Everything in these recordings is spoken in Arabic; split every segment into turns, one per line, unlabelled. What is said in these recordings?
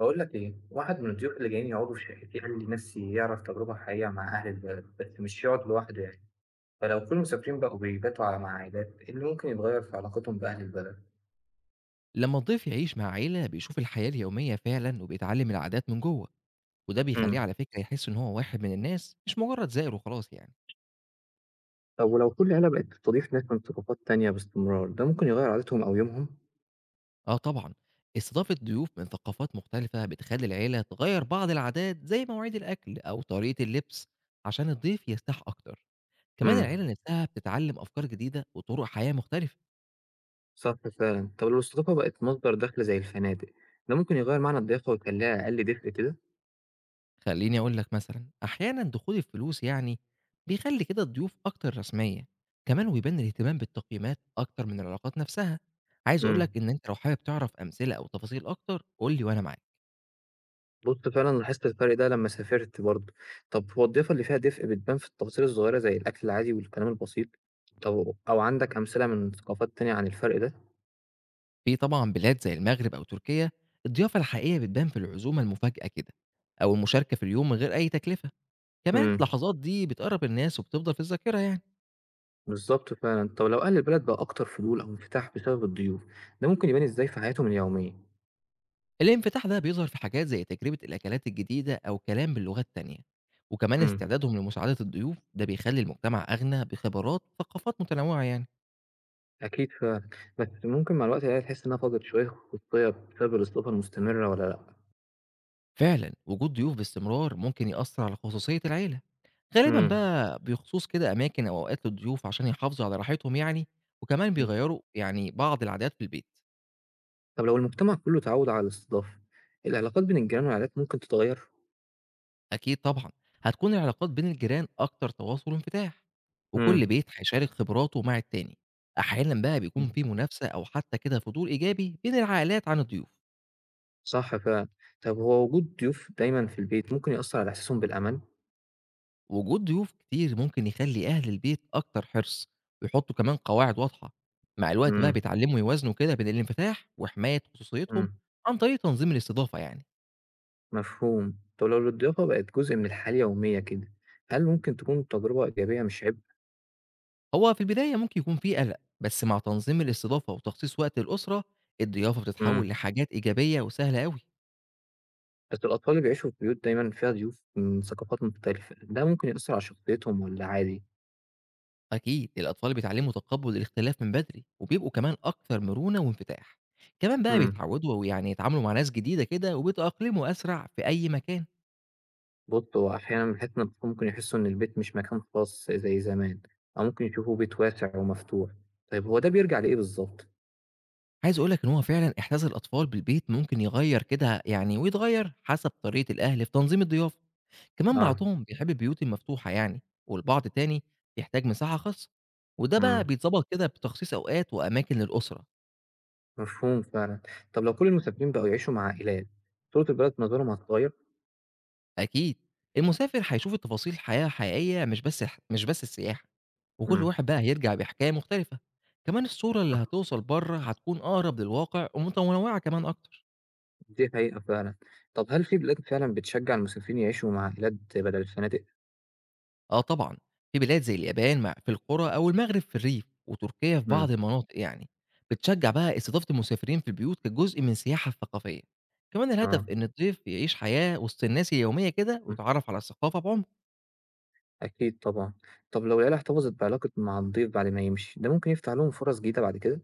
باقول لك إيه، واحد من الضيوف اللي جايين يقعدوا في شقتي قال لي نفسي يعرف تجربة حقيقية مع أهل البلد، بس مش يقعد لوحده يعني، فلو كل المسافرين بقوا بيباتوا مع عائلات، إيه اللي ممكن يتغير في علاقتهم بأهل البلد؟
لما الضيف يعيش مع عيلة بيشوف الحياة اليومية فعلا وبيتعلم العادات من جوه وده بيخليه
امم
على فكرة يحس إن هو واحد من الناس مش مجرد زائر وخلاص يعني.
طب ولو كل عيلة بقت بتضيف ناس من ثقافات تانية باستمرار ده ممكن يغير عاداتهم أو يومهم؟
آه طبعا، استضافة ضيوف من ثقافات مختلفة بتخلي العيلة تغير بعض العادات زي مواعيد الأكل أو طريقة اللبس عشان الضيف يرتاح أكتر. كمان
امم
العيلة نفسها بتتعلم أفكار جديدة وطرق حياة مختلفة.
صح فعلا. طب لو الثقافة بقت مصدر دخل زي الفنادق ده ممكن يغير معنى الضيافة ويخليها أقل دفء كده؟
خلّيني أقول لك مثلًا، أحيانًا دخول الفلوس يعني بيخلّي كده الضيوف أكتر رسمية، كمان وبيبان الاهتمام بالتقييمات أكتر من العلاقات نفسها. عايز أقول
امم
لك إن أنت لو حابب تعرف أمثلة أو تفاصيل أكتر قُل لي وأنا معاك.
بُص فعلًا لاحظت الفرق ده لمّا سافرت برضه. طب هو الضيافة اللي فيها دفء بتبان في التفاصيل الصغيرة زي الأكل العادي والكلام البسيط؟ طب أو عندك أمثلة من ثقافات تانية عن الفرق ده؟
في طبعًا بلاد زي المغرب أو تركيا، الضيافة الحقيقية بتبان في العزومة المفاجأة كده، أو المشاركة في اليوم من غير أي تكلفة. كمان
إمم،
اللحظات دي بتقرّب الناس وبتفضل في الذاكرة يعني.
بالضبط فعلًا. طب لو أهل البلد بقى أكتر فضول أو انفتاح بسبب الضيوف، ده ممكن يبان إزاي في حياتهم اليومية؟
الانفتاح ده بيظهر في حاجات زي تجربة الأكلات الجديدة أو كلام بلغات تانية، وكمان
إمم،
استعدادهم لمساعدة الضيوف ده بيخلي المجتمع أغنى بخبرات وثقافات متنوعة يعني.
أكيد فعلًا. بس ممكن مع الوقت العيلة تحس إنها فقدت شوية خصوصية بسبب الاستضافة المستمرة والّا لأ؟
فعلا وجود ضيوف باستمرار ممكن يأثر على خصوصية العيلة، غالبا
إمم،
بقى بخصوص كده أماكن أو أوقات للضيوف عشان يحافظوا على راحتهم يعني. وكمان
إمم.
بيغيروا يعني بعض العادات في البيت.
طب لو المجتمع كله اتعود على الاستضافة، العلاقات بين الجيران والعائلات ممكن تتغير؟
أكيد طبعًا، هتكون العلاقات بين الجيران أكتر تواصل وانفتاح، وكل
إمم،
بيت هيشارك خبراته مع التاني، أحيانًا بقى بيكون
إمم.
في منافسة أو حتى كده فضول إيجابي بين العائلات عن الضيوف.
صح فعلًا. طب هو وجود ضيوف دايمًا في البيت ممكن يأثّر على إحساسهم بالأمان؟
وجود ضيوف كتير ممكن يخلي أهل البيت أكتر حرص، ويحطوا كمان قواعد واضحة، مع الوقت بقى
إمم،
بيتعلموا يوازنوا كده بين الانفتاح وحماية خصوصيتهم
إمم،
عن طريق تنظيم الاستضافة يعني.
مفهوم. طب لو الضيافة بقت جزء من الحياة اليومية كده، هل ممكن تكون تجربة إيجابية مش عبء؟
هو في البداية ممكن يكون في قلق، بس مع تنظيم الاستضافة وتخصيص وقت للأسرة، الضيافة بتتحول
إمم.
لحاجات إيجابية وسهلة أوي.
بس الأطفال اللي بيعيشوا في بيوت دايمًا فيها ضيوف من ثقافات مختلفة، ده ممكن يأثّر على شخصيتهم والّا عادي؟
أكيد الأطفال بيتعلموا تقبُّل الاختلاف من بدري، وبيبقوا كمان أكتر مرونة وانفتاح، كمان بقى
إمم.
بيتعوّدوا يعني يتعاملوا مع ناس جديدة كده وبيتأقلموا أسرع في أي مكان.
بُص، هو أحيانًا بحيث إن الأطفال ممكن يحسّوا إن البيت مش مكان خاص زي زمان، أو ممكن يشوفوه بيت واسع ومفتوح. طيب هو ده بيرجع لإيه بالضبط؟
عايز أقول لك إن هو فعلًا إحساس الأطفال بالبيت ممكن يغيّر كده يعني ويتغيّر حسب طريقة الأهل في تنظيم الضيافة، كمان
آه،
بعضهم بيحب البيوت المفتوحة يعني، والبعض تاني بيحتاج مساحة خاصة، وده بقى
إمم.
بيتضبط كده بتخصيص أوقات وأماكن للأسرة.
مفهوم فعلًا. طب لو كل المسافرين بقوا يعيشوا مع عائلات، صورة البلد منظرهم هتتغير؟
أكيد. المسافر هيشوف التفاصيل الحياة حقيقية مش بس مش بس السياحة، وكل
إمم،
واحد بقى هيرجع بحكاية مختلفة. كمان الصورة اللي
صح،
هتوصل برّه هتكون أقرب للواقع ومتنوعة كمان أكتر.
دي حقيقة فعلًا. طب هل في بلاد فعلًا بتشجع المسافرين يعيشوا مع عائلات بدل الفنادق؟
آه طبعًا، في بلاد زي اليابان مع في القرى أو المغرب في الريف، وتركيا في
إمم،
بعض المناطق يعني، بتشجّع بقى استضافة المسافرين في البيوت كجزء من السياحة الثقافية. كمان الهدف
آه،
إن الضيف يعيش حياة وسط الناس اليومية كده
إمم،
ويتعرّف على الثقافة بعمق.
أكيد طبعًا. طب لو العيلة احتفظت بعلاقة مع الضيف بعد ما يمشي، ده ممكن يفتح لهم فرص جديدة بعد كده؟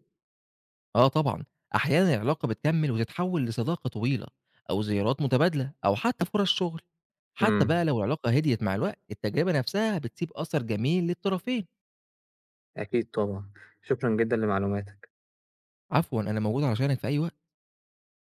آه طبعًا، أحيانًا العلاقة بتكمّل وتتحوّل لصداقة طويلة أو زيارات متبادلة أو حتّى فرص شُغل. حتّى بقى
إمم،
لو العلاقة هديت مع الوقت، التجربة نَفْسها بتسيب أثر جميل للطرفين.
أكيد طبعًا. شكرًا جدًا لمعلوماتك.
عفوًا، أنا موجود علشانك في أي وقت.